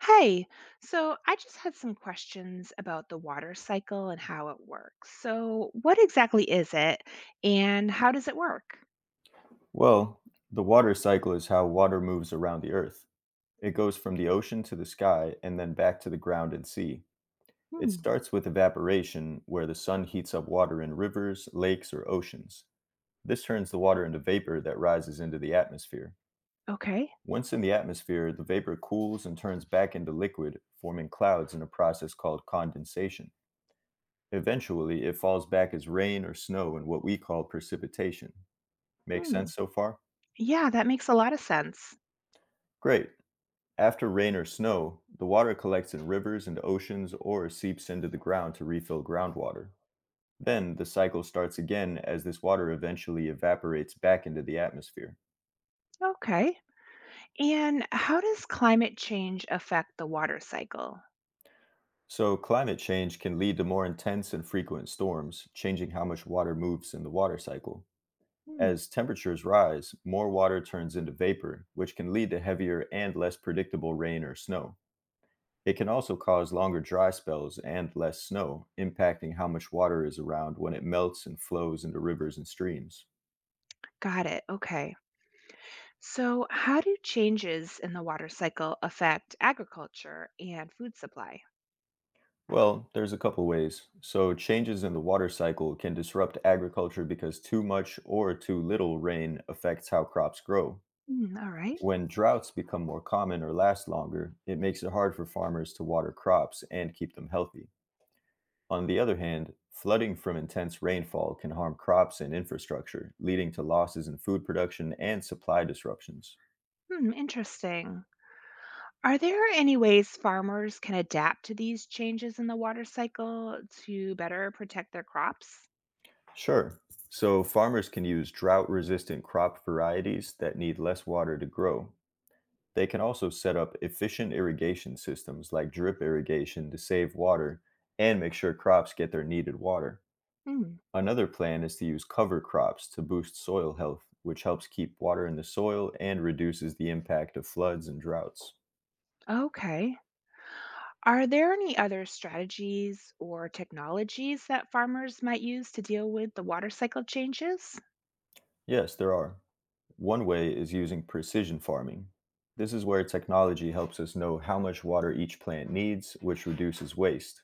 Hi. So I just had some questions about the water cycle and how it works. So, what exactly is it and how does it work? Well, the water cycle is how water moves around the Earth. It goes from the ocean to the sky and then back to the ground and sea. It Hmm. starts with evaporation, where the sun heats up water in rivers, lakes, or oceans. This turns the water into vapor that rises into the atmosphere. Okay. Once in the atmosphere, the vapor cools and turns back into liquid, forming clouds in a process called condensation. Eventually, it falls back as rain or snow in what we call precipitation. Make Hmm. sense so far? Yeah, that makes a lot of sense. Great. After rain or snow, the water collects in rivers and oceans or seeps into the ground to refill groundwater. Then the cycle starts again as this water eventually evaporates back into the atmosphere. Okay. And how does climate change affect the water cycle? So, climate change can lead to more intense and frequent storms, changing how much water moves in the water cycle. Hmm. As temperatures rise, more water turns into vapor, which can lead to heavier and less predictable rain or snow. It can also cause longer dry spells and less snow, impacting how much water is around when it melts and flows into rivers and streams. Got it. Okay. So, how do changes in the water cycle affect agriculture and food supply? Well, there's a couple ways. So, changes in the water cycle can disrupt agriculture because too much or too little rain affects how crops grow. Hmm. All right. When droughts become more common or last longer, it makes it hard for farmers to water crops and keep them healthy. On the other hand, flooding from intense rainfall can harm crops and infrastructure, leading to losses in food production and supply disruptions. Hmm. Interesting. Are there any ways farmers can adapt to these changes in the water cycle to better protect their crops? Sure. So, farmers can use drought resistant crop varieties that need less water to grow. They can also set up efficient irrigation systems like drip irrigation to save water and make sure crops get their needed water. Hmm, Another plan is to use cover crops to boost soil health, which helps keep water in the soil and reduces the impact of floods and droughts. okay. Are there any other strategies or technologies that farmers might use to deal with the water cycle changes? Yes, there are. One way is using precision farming. This is where technology helps us know how much water each plant needs, which reduces waste.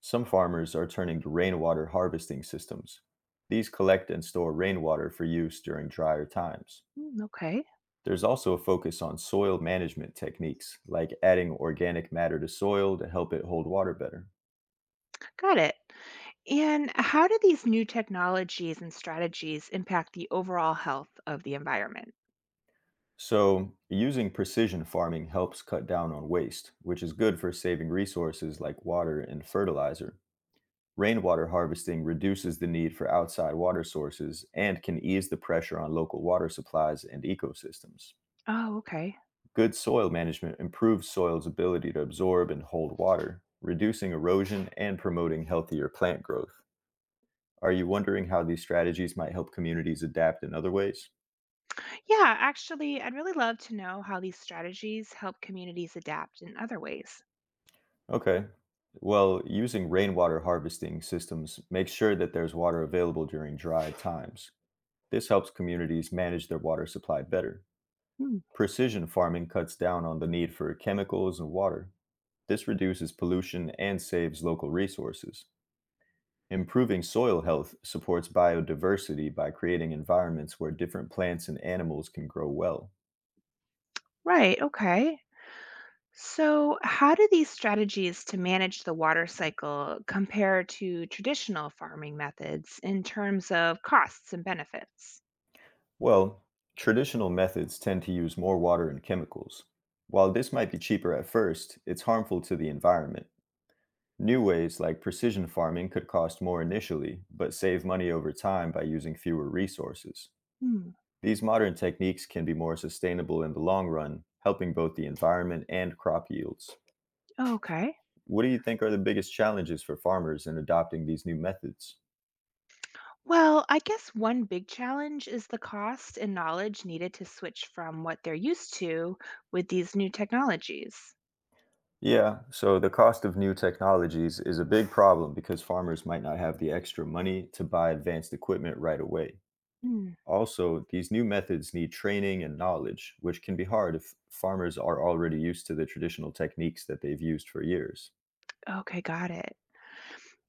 Some farmers are turning to rainwater harvesting systems. These collect and store rainwater for use during drier times. Hmm, okay, There's also a focus on soil management techniques, like adding organic matter to soil to help it hold water better. got it. And how do these new technologies and strategies impact the overall health of the environment? So, using precision farming helps cut down on waste, which is good for saving resources like water and fertilizer. Rainwater harvesting reduces the need for outside water sources and can ease the pressure on local water supplies and ecosystems. Oh, okay. Good soil management improves soil's ability to absorb and hold water, reducing erosion and promoting healthier plant growth. Are you wondering how these strategies might help communities adapt in other ways? Yeah, actually, I'd really love to know how these strategies help communities adapt in other ways. Okay. Well, using rainwater harvesting systems makes sure that there's water available during dry times. This helps communities manage their water supply better. Hmm. Precision farming cuts down on the need for chemicals and water. This reduces pollution and saves local resources. Improving soil health supports biodiversity by creating environments where different plants and animals can grow well. Right, okay. So, how do these strategies to manage the water cycle compare to traditional farming methods in terms of costs and benefits? Well, traditional methods tend to use more water and chemicals. While this might be cheaper at first, it's harmful to the environment. New ways like precision farming could cost more initially, but save money over time by using fewer resources. Hmm. These modern techniques can be more sustainable in the long run, helping both the environment and crop yields. Okay. What do you think are the biggest challenges for farmers in adopting these new methods? Well, I guess one big challenge is the cost and knowledge needed to switch from what they're used to with these new technologies. Yeah, so the cost of new technologies is a big problem because farmers might not have the extra money to buy advanced equipment right away. Hmm. Also, these new methods need training and knowledge, which can be hard if farmers are already used to the traditional techniques that they've used for years. Okay, got it.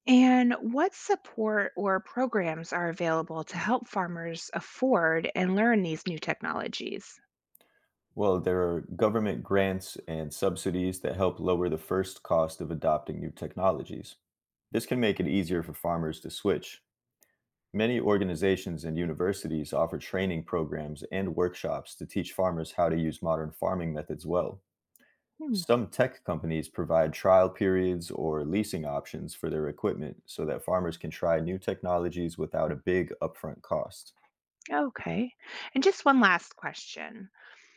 And what support or programs are available to help farmers afford and learn these new technologies? Well, there are government grants and subsidies that help lower the first cost of adopting new technologies. This can make it easier for farmers to switch. Many organizations and universities offer training programs and workshops to teach farmers how to use modern farming methods well. Some tech companies provide trial periods or leasing options for their equipment so that farmers can try new technologies without a big upfront cost. Okay. And just one last question.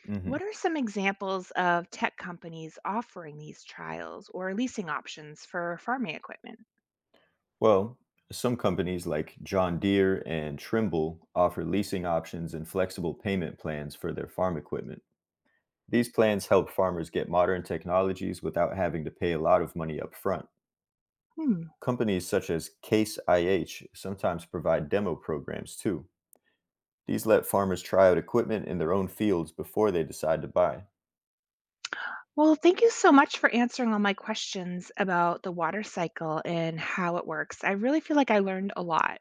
Mhm. What are some examples of tech companies offering these trials or leasing options for farming equipment? Well, some companies like John Deere and Trimble offer leasing options and flexible payment plans for their farm equipment. These plans help farmers get modern technologies without having to pay a lot of money up front. Hmm. Companies such as Case IH sometimes provide demo programs too. These let farmers try out equipment in their own fields before they decide to buy. Well, thank you so much for answering all my questions about the water cycle and how it works. I really feel like I learned a lot.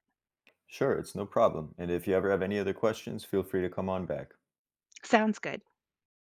Sure, it's no problem. And if you ever have any other questions, feel free to come on back. Sounds good.